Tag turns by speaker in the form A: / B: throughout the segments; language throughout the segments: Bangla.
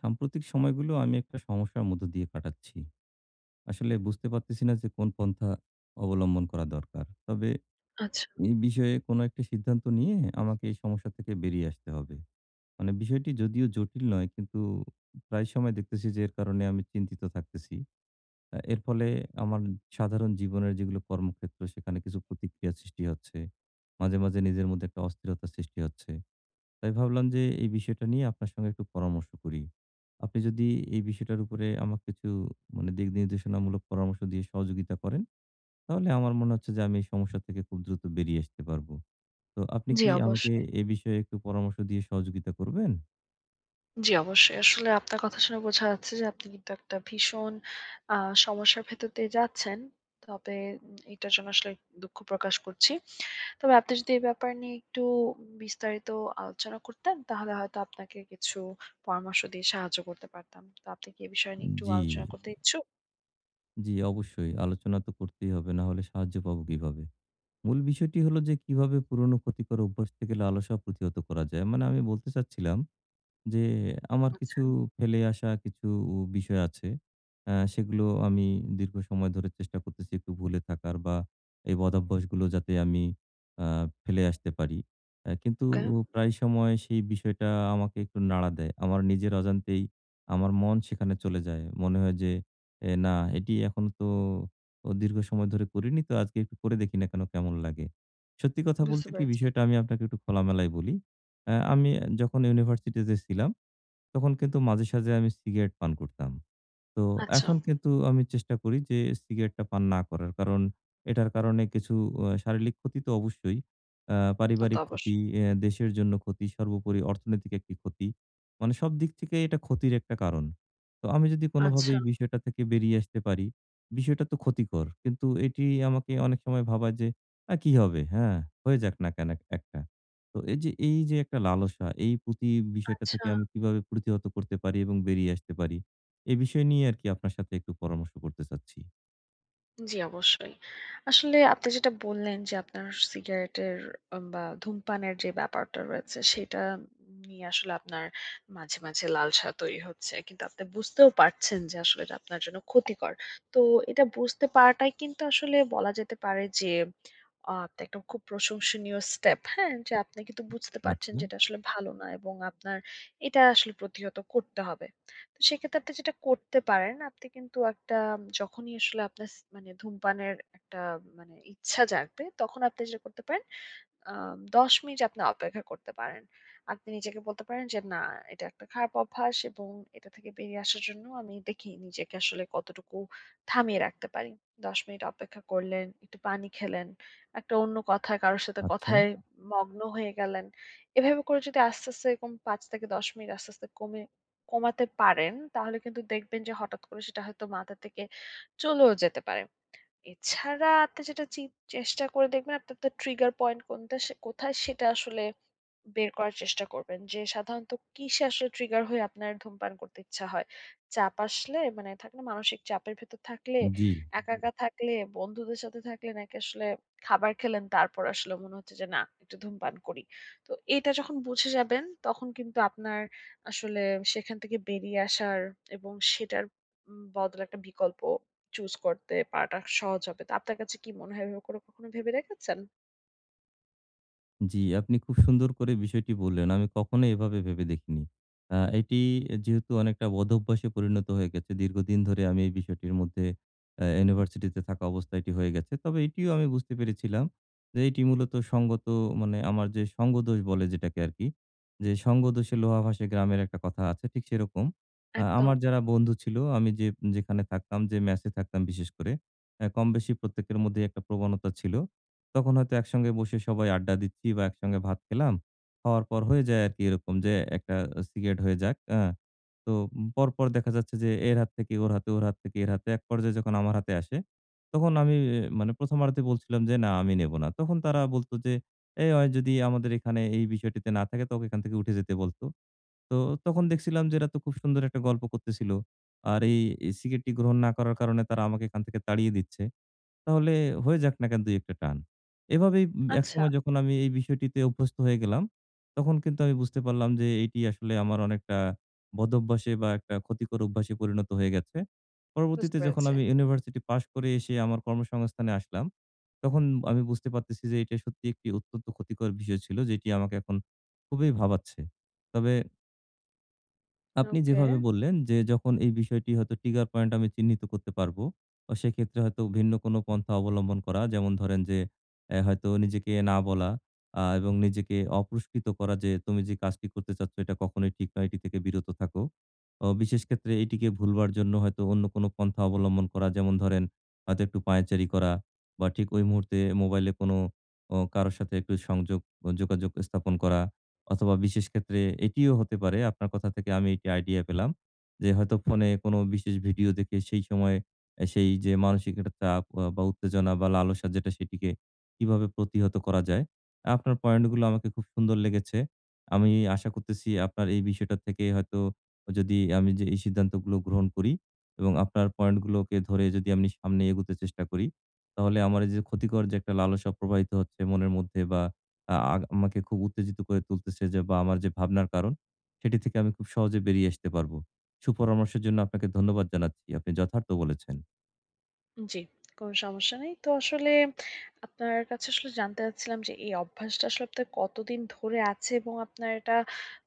A: সাম্প্রতিক সময়গুলো আমি একটা সমস্যার মধ্য দিয়ে কাটাচ্ছি। আসলে বুঝতে পারতেছি না যে কোন পন্থা অবলম্বন করা দরকার। তবে
B: আচ্ছা।
A: এই বিষয়ে কোনো একটা সিদ্ধান্ত নিয়ে আমাকে এই সমস্যা থেকে বেরিয়ে আসতে হবে। মানে বিষয়টি যদিও জটিল নয়, কিন্তু প্রায় সময় দেখতেছি যে এর কারণে আমি চিন্তিত থাকতেছি। এর ফলে আমার সাধারণ জীবনের যেগুলো কর্মক্ষেত্র, সেখানে কিছু প্রতিক্রিয়া সৃষ্টি হচ্ছে। মাঝে, মাঝে নিজের মধ্যে একটা অস্থিরতা সৃষ্টি হচ্ছে। তাই ভাবলাম যে এই বিষয়টা নিয়ে আপনার সঙ্গে একটু পরামর্শ করি। আপনি যদি এই বিষয়টার উপরে আমাকে কিছু মানে দিক নির্দেশনামূলক পরামর্শ দিয়ে সহযোগিতা করেন, তাহলে আমার মনে হচ্ছে যে আমি এই সমস্যা থেকে খুব দ্রুত বেরিয়ে আসতে পারবো। তো আপনি
B: জি,
A: কি আমাকে
B: অবশ্যই।
A: এ বিষয়ে একটু পরামর্শ দিয়ে সহযোগিতা করবেন?
B: জি, অবশ্যই। আসলে আপনার কথা শুনে বোঝা যাচ্ছে যে আপনি কিন্তু একটা ভীষণ আ সমস্যার ভেতর দিয়ে যাচ্ছেন। তবে এটার জন্য আসলে দুঃখ প্রকাশ করছি। তবে আপনি যদি এই ব্যাপার নিয়ে একটু বিস্তারিত আলোচনা করতেন, তাহলে হয়তো আপনাকে কিছু পরামর্শ দিয়ে সাহায্য করতে পারতাম। তো আপনি কি এ বিষয় নিয়ে একটু
A: জি,
B: আলোচনা করতে ইচ্ছুক?
A: জি অবশ্যই। আলোচনা তো করতেই হবে, না হলে সাহায্য পাবো কিভাবে? মূল বিষয়টি হলো, যে কিভাবে পুরনো ক্ষতিকর অভ্যাস থেকে লালসা প্রতিহত করা যায়? মানে আমি বলতে চাচ্ছিলাম যে আমার
B: আচ্ছা,
A: কিছু ফেলে আসা কিছু বিষয় আছে। সেগুলো আমি দীর্ঘ সময় ধরে চেষ্টা করতেছি একটু ভুলে থাকার, বা এই বদভ্যাসগুলো যাতে আমি আ ফেলে আসতে পারি। কিন্তু
B: ওকে,
A: প্রায় সময় সেই বিষয়টা আমাকে একটু নাড়া দেয়। আমার নিজের অজান্তেই আমার মন সেখানে চলে যায়। মনে হয় যে, না এটি এখনো তো ও দীর্ঘ সময় ধরে করিনি, তো আজকে একটু করে দেখি না কেন কেমন লাগে। সত্যি কথা
B: বুঝতে
A: বলতে কি,
B: পেরেছি।
A: বিষয়টা আমি আপনাকে একটু খোলামেলায় বলি। আমি যখন ইউনিভার্সিটিতে ছিলাম, তখন কিন্তু মাঝে সাঝে আমি সিগারেট পান করতাম। তো
B: আচ্ছা,
A: এখন কিন্তু আমি চেষ্টা করি যে সিগারেটটা পান না করার। কারণ এটার কারণে কিছু শারীরিক ক্ষতি তো অবশ্যই।
B: তা তো
A: পারিবারিক
B: অবশ্যই।
A: ক্ষতি, এ দেশের জন্য ক্ষতি, সর্বোপরি অর্থনৈতিক একটি ক্ষতি। মানে সব দিক থেকে এটা ক্ষতির একটা কারণ। তো আমি যদি কোনোভাবে
B: আচ্ছা,
A: এই বিষয়টা থেকে বেরিয়ে আসতে পারি। বিষয়টা তো ক্ষতিকর, কিন্তু এটি আমাকে অনেক সময় ভাবায় যে, কি হবে? হ্যাঁ, হয়ে যাক না কেন একটা।" তো এই যে একটা লালসা, এই বিষয়টা থেকে
B: আচ্ছা।
A: আমি কিভাবে প্রতিহত করতে পারি এবং বেরিয়ে আসতে পারি? এ বিষয় নিয়ে আরকি আপনার সাথে একটু পরামর্শ করতে চাচ্ছি।
B: জি, অবশ্যই। আসলে আপনি যেটা বললেন যে আপনার সিগারেটের বা ধূমপানের যে ব্যাপারটা রয়েছে সেটা নিয়ে আসলে আপনার মাঝে, মাঝে লালসা তৈরি হচ্ছে। কিন্তু আপনি বুঝতেও পারছেন যে আসলে এটা আপনার জন্য ক্ষতিকর। তো এটা বুঝতে পারাটাই কিন্তু আসলে বলা যেতে পারে যে আপনি একটা খুব প্রশংসনীয় স্টেপ, হ্যাঁ? যে আপনি কিন্তু বুঝতে পারছেন
A: আচ্ছা,
B: যে এটা আসলে ভালো না এবং আপনার এটা আসলে প্রতিহত করতে হবে। তো সেক্ষেত্রে আপনি যেটা করতে পারেন, আপনি কিন্তু একটা যখনই আসলে আপনার মানে ধূমপানের একটা মানে ইচ্ছা জাগবে, তখন আপনি যেটা করতে পারেন ১০ মিনিট আপনি অপেক্ষা করতে পারেন। আপনি নিজেকে বলতে পারেন যে, "না, এটা একটা খারাপ অভ্যাস এবং এটা থেকে বেরিয়ে আসার জন্য আমি দেখি নিজেকে আসলে কতটুকু থামিয়ে রাখতে পারি।" ১০ মিনিট অপেক্ষা করলেন, একটু পানি খেলেন, একটা অন্য কথায় কারো সাথে
A: আচ্ছা।
B: কথায় মগ্ন হয়ে গেলেন। এভাবে করে যদি আস্তে, আস্তে এরকম ৫ থেকে ১০ মিনিট আস্তে, আস্তে কমে কমাতে পারেন, তাহলে কিন্তু দেখবেন যে হঠাৎ করে সেটা হয়তো মাথা থেকে চলেও যেতে পারে। এছাড়া আপনি যেটা চেষ্টা করে দেখবেন আপনার তো ট্রিগার পয়েন্ট কোনটা সে কোথায় সেটা আসলে বের করার চেষ্টা করবেন যে সাধারণত কিসে আসলে ট্রিগার হয়ে আপনার ধূমপান করতে ইচ্ছা হয়। চাপ আসলে মানে থাকে না মানসিক চাপের ভেতর থাকলে,
A: জি।
B: একা, হুম। একা থাকলে, বন্ধুদের সাথে থাকলে নাকি আসলে খাবার খেলেন তারপর আসলে মনে হচ্ছে যে না একটু ধূমপান করি। তো এটা যখন বুঝে যাবেন তখন কিন্তু আপনার আসলে সেখান থেকে বেরিয়ে আসার এবং সেটার বদলে একটা বিকল্প চুজ করতে পারাটা সহজ হবে। তো আপনার কাছে কি মনে হয় এভাবে করে কখনো ভেবে দেখেছেন?
A: জি, আপনি খুব সুন্দর করে বিষয়টি বললেন। আমি কখনো এভাবে ভেবে দেখিনি। এটি যেহেতু অনেকটা বদভ্যাসে পরিণত হয়ে গেছে, দীর্ঘদিন ধরে আমি এই বিষয়টির মধ্যে ইউনিভার্সিটিতে থাকা অবস্থায় এটি হয়ে গেছে। তবে এটিও আমি বুঝতে পেরেছিলাম যে এটি মূলত সঙ্গত, মানে আমার যে সঙ্গদোষ বলে যেটাকে আরকি, যে সঙ্গদোষে লোহা ভাসে, গ্রামের একটা কথা আছে, ঠিক সেরকম।
B: একদম।
A: আমার যারা বন্ধু ছিল, আমি যে যেখানে থাকতাম, যে মেসে থাকতাম বিশেষ করে, কম বেশি প্রত্যেকের মধ্যেই একটা প্রবণতা ছিল। তখন হয়তো একসঙ্গে বসে সবাই আড্ডা দিচ্ছি বা একসঙ্গে ভাত খেলাম। খাওয়ার পর হয়ে যায় আরকি এরকম যে একটা সিগারেট হয়ে যাক, তো পরপর দেখা যাচ্ছে যে এর হাত থেকে ওর হাতে, ওর হাত থেকে এর হাতে। এক পর্যায়ে যখন আমার হাতে আসে, তখন আমি মানে ১ম আরতে বলছিলাম যে, "না, আমি নেব না।" তখন তারা বলত যে, "এ অয় যদি আমাদের এখানে এই বিষয়টিতে না থাকে, তোকে এখান থেকে উঠে যেতে বলত।" তো তখন দেখছিলাম যে এরা তো খুব সুন্দর একটা গল্প করতেছিল। আর এই এই সিগারেটটি গ্রহণ না করার কারণে তারা আমাকে এখান থেকে তাড়িয়ে দিচ্ছে। তাহলে হয়ে যাক না কেন ২-১ টা টান। এভাবেই
B: আচ্ছা,
A: একসময় যখন আমি এই বিষয়টিতে অভ্যস্ত হয়ে গেলাম, তখন কিন্তু আমি বুঝতে পারলাম যে এটি আসলে আমার অনেকটা বদভ্যাসে বা একটা ক্ষতিকর অভ্যাসে পরিণত হয়ে গেছে।
B: বুঝতে
A: পরবর্তীতে যখন
B: পেরেছি।
A: আমি ইউনিভার্সিটি পাশ করে এসে আমার কর্মসংস্থানে আসলাম, তখন আমি বুঝতে পারতেছি যে এটা সত্যি একটি অত্যন্ত ক্ষতিকর বিষয় ছিল, যেটি আমাকে এখন খুবই ভাবাচ্ছে। তবে আপনি
B: ওকে।
A: যেভাবে বললেন যে যখন এই বিষয়টি হয়তো ট্রিগার পয়েন্ট আমি চিহ্নিত করতে পারবো, সেক্ষেত্রে হয়তো ভিন্ন কোনো পন্থা অবলম্বন করা। যেমন ধরেন যে হয়তো নিজেকে না বলা, এবং নিজেকে অপুরস্কৃত করা যে, "তুমি যে কাজটি করতে চাচ্ছ, এটা কখনোই ঠিক নয়। এটি থেকে বিরত থাকো।" বিশেষ ক্ষেত্রে এটিকে ভুলবার জন্য হয়তো অন্য কোনো পন্থা অবলম্বন করা। যেমন ধরেন, হয়তো একটু পায়চারি করা, বা ঠিক ওই মুহূর্তে মোবাইলে কোনো কারো সাথে একটু সংযোগ, ও যোগাযোগ স্থাপন করা। অথবা বিশেষ ক্ষেত্রে এটিও হতে পারে, আপনার কথা থেকে আমি এটি আইডিয়া পেলাম, যে হয়তো ফোনে কোনো বিশেষ ভিডিও দেখে সেই সময়ে সেই যে মানসিক একটা চাপ, বা উত্তেজনা বা লালসা যেটা, সেটিকে কিভাবে প্রতিহত করা যায়। আপনার পয়েন্টগুলো আমাকে খুব সুন্দর লেগেছে। আমি আশা করতেছি আপনার এই বিষয়টা থেকে হয়তো, যদি আমি যে এই সিদ্ধান্তগুলো গ্রহণ করি এবং আপনার পয়েন্টগুলোকে ধরে যদি আমি সামনে এগোতে চেষ্টা করি, তাহলে আমার এই যে ক্ষতিকর যে একটা লালসা প্রবাহিত হচ্ছে মনের মধ্যে, বা আ আগ আমাকে খুব উত্তেজিত করে তুলতেছে যে, বা আমার যে ভাবনার কারণ, সেটি থেকে আমি খুব সহজে বেরিয়ে আসতে পারবো। সুপরামর্শের জন্য আপনাকে ধন্যবাদ জানাচ্ছি। আপনি যথার্থ বলেছেন।
B: জি, কোন সমস্যা নেই। তো আসলে আপনার কাছে আসলে জানতে চাচ্ছিলাম যে এই অভ্যাসটা আসলে আপনার কতদিন ধরে আছে এবং আপনার এটা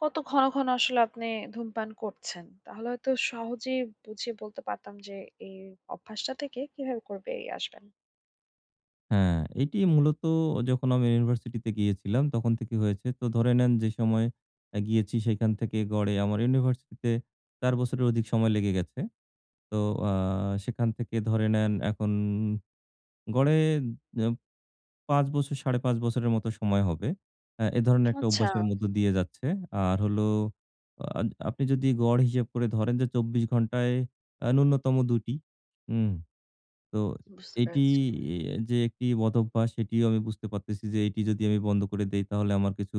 B: কত ঘন, ঘন আসলে আপনি ধূমপান করছেন? তাহলে হয়তো সহজেই বুঝিয়ে বলতে পারতাম যে এই অভ্যাসটা থেকে কিভাবে করে বেরিয়ে আসবেন।
A: হ্যাঁ, এটি মূলত যখন আমি ইউনিভার্সিটিতে গিয়েছিলাম তখন থেকে হয়েছে। তো ধরে নেন যে সময় গিয়েছি সেখান থেকে গড়ে আমার ইউনিভার্সিটিতে ৪ বছরের অধিক সময় লেগে গেছে। তো আ সেখান থেকে ধরে নেন, এখন গড়ে ৫ বছর, ৫.৫ বছরের মতো সময় হবে। এ ধরনের একটা
B: আচ্ছা,
A: অভ্যাসের মধ্য দিয়ে যাচ্ছে। আর হলো, আ আপনি যদি গড় হিসেব করে ধরেন যে ২৪ ঘন্টায় ন্যূনতম ২ টি। উম তো
B: বুঝতে
A: এটি,
B: পেরেছি।
A: যে একটি বদভ্যাস, সেটিও আমি বুঝতে পারতেছি যে এটি যদি আমি বন্ধ করে দেই তাহলে আমার কিছু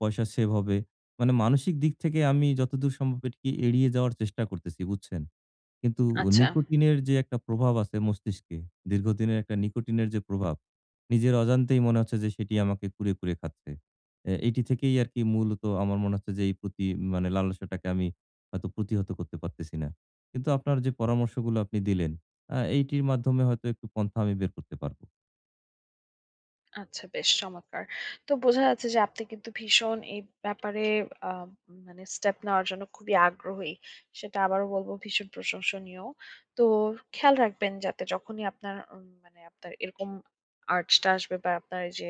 A: পয়সা সেভ হবে। মানে মানসিক দিক থেকে আমি যতদূর সম্ভব এটিকে এড়িয়ে যাওয়ার চেষ্টা করতেছি, বুঝছেন? কিন্তু
B: আচ্ছা।
A: নিকোটিনের যে একটা প্রভাব আছে মস্তিষ্কে, দীর্ঘদিনের একটা নিকোটিনের যে প্রভাব, নিজের অজান্তেই মনে হচ্ছে যে সেটি আমাকে কুরে, কুরে খাচ্ছে। এটি থেকেই আরকি মূলত আমার মনে হচ্ছে যে এই প্রতি মানে লালসাটাকে আমি হয়তো প্রতিহত করতে পারতেছি না। কিন্তু আপনার যে পরামর্শগুলো আপনি দিলেন, এইটির মাধ্যমে হয়তো একটু পন্থা আমি বের করতে পারবো।
B: আচ্ছা বেশ চমৎকার। তো বোঝা যাচ্ছে যে আপনি কিন্তু ভীষণ এই ব্যাপারে আ মানে স্টেপ নেওয়ার জন্য খুবই আগ্রহী। সেটা আবারও বলব ভীষণ প্রশংসনীয়। তো খেয়াল রাখবেন যাতে যখনই আপনার মানে আপনার এরকম urge টা আসবে বা আপনার এই যে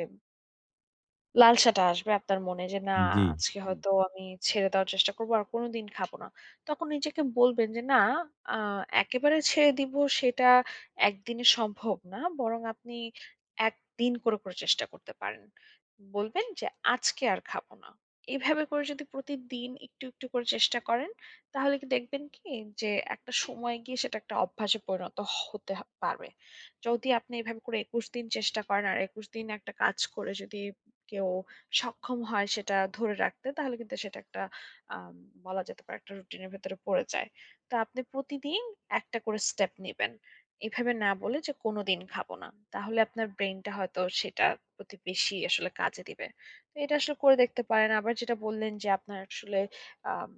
B: লালসাটা আসবে আপনার মনে যে, "না
A: জি,
B: আজকে হুম। হয়তো আমি ছেড়ে দেওয়ার চেষ্টা করব। আর কোনদিন খাবো না।" তখন নিজেকে বলবেন যে, "না আ একেবারে ছেড়ে দিব সেটা একদিনে সম্ভব না। বরং আপনি একদিন করে, করে চেষ্টা করতে পারেন।" বলবেন যে, "আজকে আর খাবো না।" এভাবে করে যদি প্রতিদিন একটু, একটু করে চেষ্টা করেন, তাহলে কি দেখবেন কি যে, একটা সময় গিয়ে সেটা একটা অভ্যাসে পরিণত হতে পারবে। যদি আপনি এভাবে করে ২১ দিন চেষ্টা করেন আর ২১ দিন একটা কাজ করে যদি কেউ সক্ষম হয় সেটা ধরে রাখতে তাহলে কিন্তু সেটা একটা আম বলা যেতে পারে একটা রুটিনের ভেতরে পড়ে যায়। তো আপনি প্রতিদিন একটা করে স্টেপ নিবেন। এভাবে না বলে যে কোনদিন খাবো না। তাহলে আপনার ব্রেইনটা হয়তো সেটার প্রতি বেশি আসলে কাজে দিবে। তো এটা আসলে করে দেখতে পারেন। আবার যেটা বললেন যে আপনার আসলে আম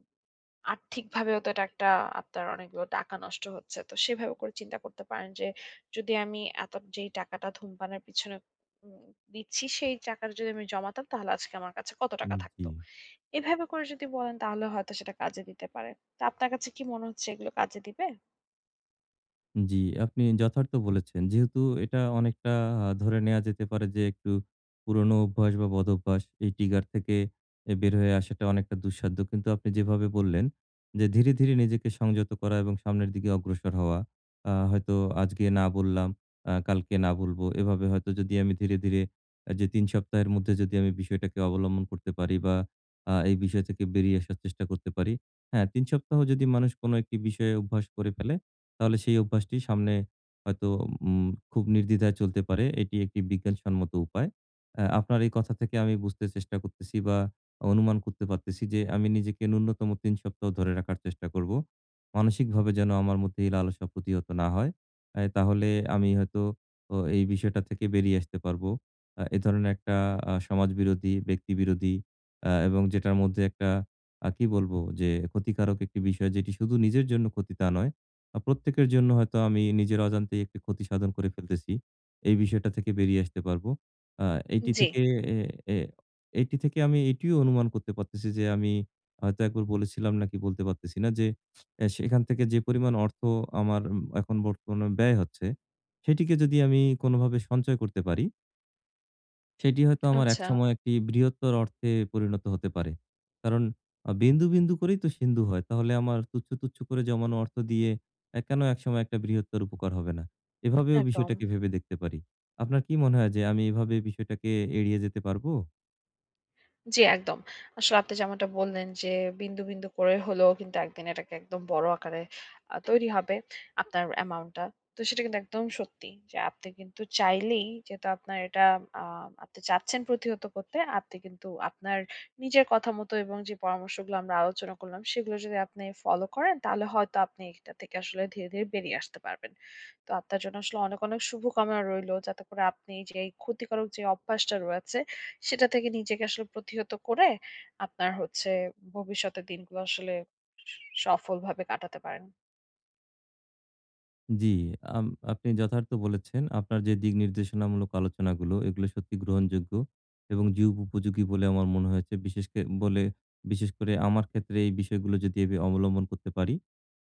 B: আর্থিকভাবেও তো এটা একটা আপনার অনেকগুলো টাকা নষ্ট হচ্ছে। তো সেভাবে করে চিন্তা করতে পারেন যে, যদি আমি এত যেই টাকাটা ধূমপানের পিছনে উম দিচ্ছি, সেই টাকাটা যদি আমি জমাতাম তাহলে আজকে আমার কাছে কত টাকা
A: জি।
B: থাকতো? এভাবে করে যদি বলেন তাহলে হয়তো সেটা কাজে দিতে পারে। তো আপনার কাছে কি মনে হচ্ছে এগুলো কাজে দিবে?
A: জি, আপনি যথার্থ বলেছেন। যেহেতু এটা অনেকটা ধরে নেয়া যেতে পারে যে একটু পুরনো অভ্যাস বা বদভ্যাস, এই trigger থেকে বের হয়ে আসাটা অনেকটা দুঃসাধ্য। কিন্তু আপনি যেভাবে বললেন যে ধীরে, ধীরে নিজেকে সংযত করা এবং সামনের দিকে অগ্রসর হওয়া। হয়তো আজকে না বললাম, কালকে না বলবো। এভাবে হয়তো যদি আমি ধীরে, ধীরে যে ৩ সপ্তাহের মধ্যে যদি আমি বিষয়টাকে অবলম্বন করতে পারি, বা এই বিষয় থেকে বেরিয়ে আসার চেষ্টা করতে পারি। হ্যাঁ, ৩ সপ্তাহ যদি মানুষ কোনো একটি বিষয়ে অভ্যাস করে ফেলে, তাহলে সেই অভ্যাসটি সামনে হয়তো উম খুব নির্দ্বিধায় চলতে পারে। এটি একটি বিজ্ঞানসম্মত উপায়। আপনার এই কথা থেকে আমি বুঝতে চেষ্টা করতেছি, বা অনুমান করতে পারতেছি যে আমি নিজেকে ন্যূনতম ৩ সপ্তাহ ধরে রাখার চেষ্টা করব। মানসিকভাবে যেন আমার মধ্যে এই লালসা প্রতিহত না হয়। তাহলে আমি হয়তো ও এই বিষয়টা থেকে বেরিয়ে আসতে পারব। এ ধরনের একটা সমাজবিরোধী, ব্যক্তিবিরোধী, এবং যেটার মধ্যে একটা কি বলবো, যে ক্ষতিকারক একটি বিষয়, যেটি শুধু নিজের জন্য ক্ষতি তা নয়। প্রত্যেকের জন্য হয়তো আমি নিজের অজান্তেই একটি ক্ষতি সাধন করে ফেলতেছি। এই বিষয়টা থেকে বেরিয়ে আসতে পারবো। আ এইটি
B: জি,
A: থেকে এ এ এইটি থেকে আমি এটিও অনুমান করতে পারতেছি যে আমি হয়তো একবার বলেছিলাম, নাকি বলতে পারতেছি না, যে সেখান থেকে যে পরিমাণ অর্থ আমার এখন বর্তমানে ব্যয় হচ্ছে, সেটিকে যদি আমি কোনোভাবে সঞ্চয় করতে পারি, সেটি হয়তো আমার
B: আচ্ছা।
A: একসময় একটি বৃহত্তর অর্থে পরিণত হতে পারে। কারণ বিন্দু, বিন্দু করেই তো সিন্ধু হয়। তাহলে আমার তুচ্ছ, তুচ্ছ করে জমানো অর্থ দিয়ে কেন একসময় একটা বৃহত্তর উপকার হবে না? এভাবেও
B: একদম।
A: বিষয়টাকে ভেবে দেখতে পারি। আপনার কি মনে হয় যে আমি এভাবে বিষয়টাকে এড়িয়ে যেতে পারবো?
B: জি, একদম। আসলে আপনি যেমনটা বললেন যে বিন্দু, বিন্দু করে হলেও কিন্তু একদিন এটাকে একদম বড় আকারে তৈরি হবে আপনার অ্যামাউন্টটা। তো সেটা কিন্তু একদম সত্যি যে আপনি কিন্তু চাইলেই যেহেতু আপনার এটা আ আপনি চাচ্ছেন প্রতিহত করতে, আপনি কিন্তু আপনার নিজের কথা মতো এবং যে পরামর্শগুলো আমরা আলোচনা করলাম সেগুলো যদি আপনি ফলো করেন তাহলে হয়তো আপনি এটা থেকে আসলে ধীরে, ধীরে বেরিয়ে আসতে পারবেন। তো আপনার জন্য আসলে অনেক, অনেক শুভকামনা রইলো যাতে করে আপনি যে এই ক্ষতিকারক যে অভ্যাসটা রয়েছে সেটা থেকে নিজেকে আসলে প্রতিহত করে আপনার হচ্ছে ভবিষ্যতের দিনগুলো আসলে স সফলভাবে কাটাতে পারেন।
A: জি, আম আপনি যথার্থ বলেছেন। আপনার যে দিক নির্দেশনামূলক আলোচনাগুলো, এগুলো সত্যি গ্রহণযোগ্য এবং যুগ উপযোগী বলে আমার মনে হয়েছে। বিশেষ কে বলে বিশেষ করে আমার ক্ষেত্রে এই বিষয়গুলো যদি আমি অবলম্বন করতে পারি,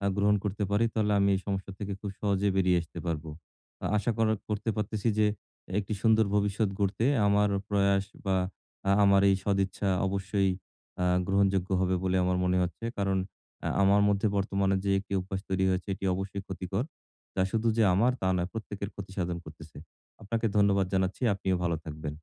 A: গ্রহণ করতে পারি, তাহলে আমি এই সমস্যা থেকে খুব সহজে বেরিয়ে আসতে পারবো। আশা করতে পারতেছি যে একটি সুন্দর ভবিষ্যৎ গড়তে আমার প্রয়াস, বা আমার এই সদিচ্ছা অবশ্যই গ্রহণযোগ্য হবে বলে আমার মনে হচ্ছে। কারণ আমার মধ্যে বর্তমানে যে একটি অভ্যাস তৈরি হয়েছে, এটি অবশ্যই ক্ষতিকর। যা শুধু যে আমার তা নয়, প্রত্যেকের ক্ষতি সাধন করতেছে। আপনাকে ধন্যবাদ জানাচ্ছি। আপনিও ভালো থাকবেন।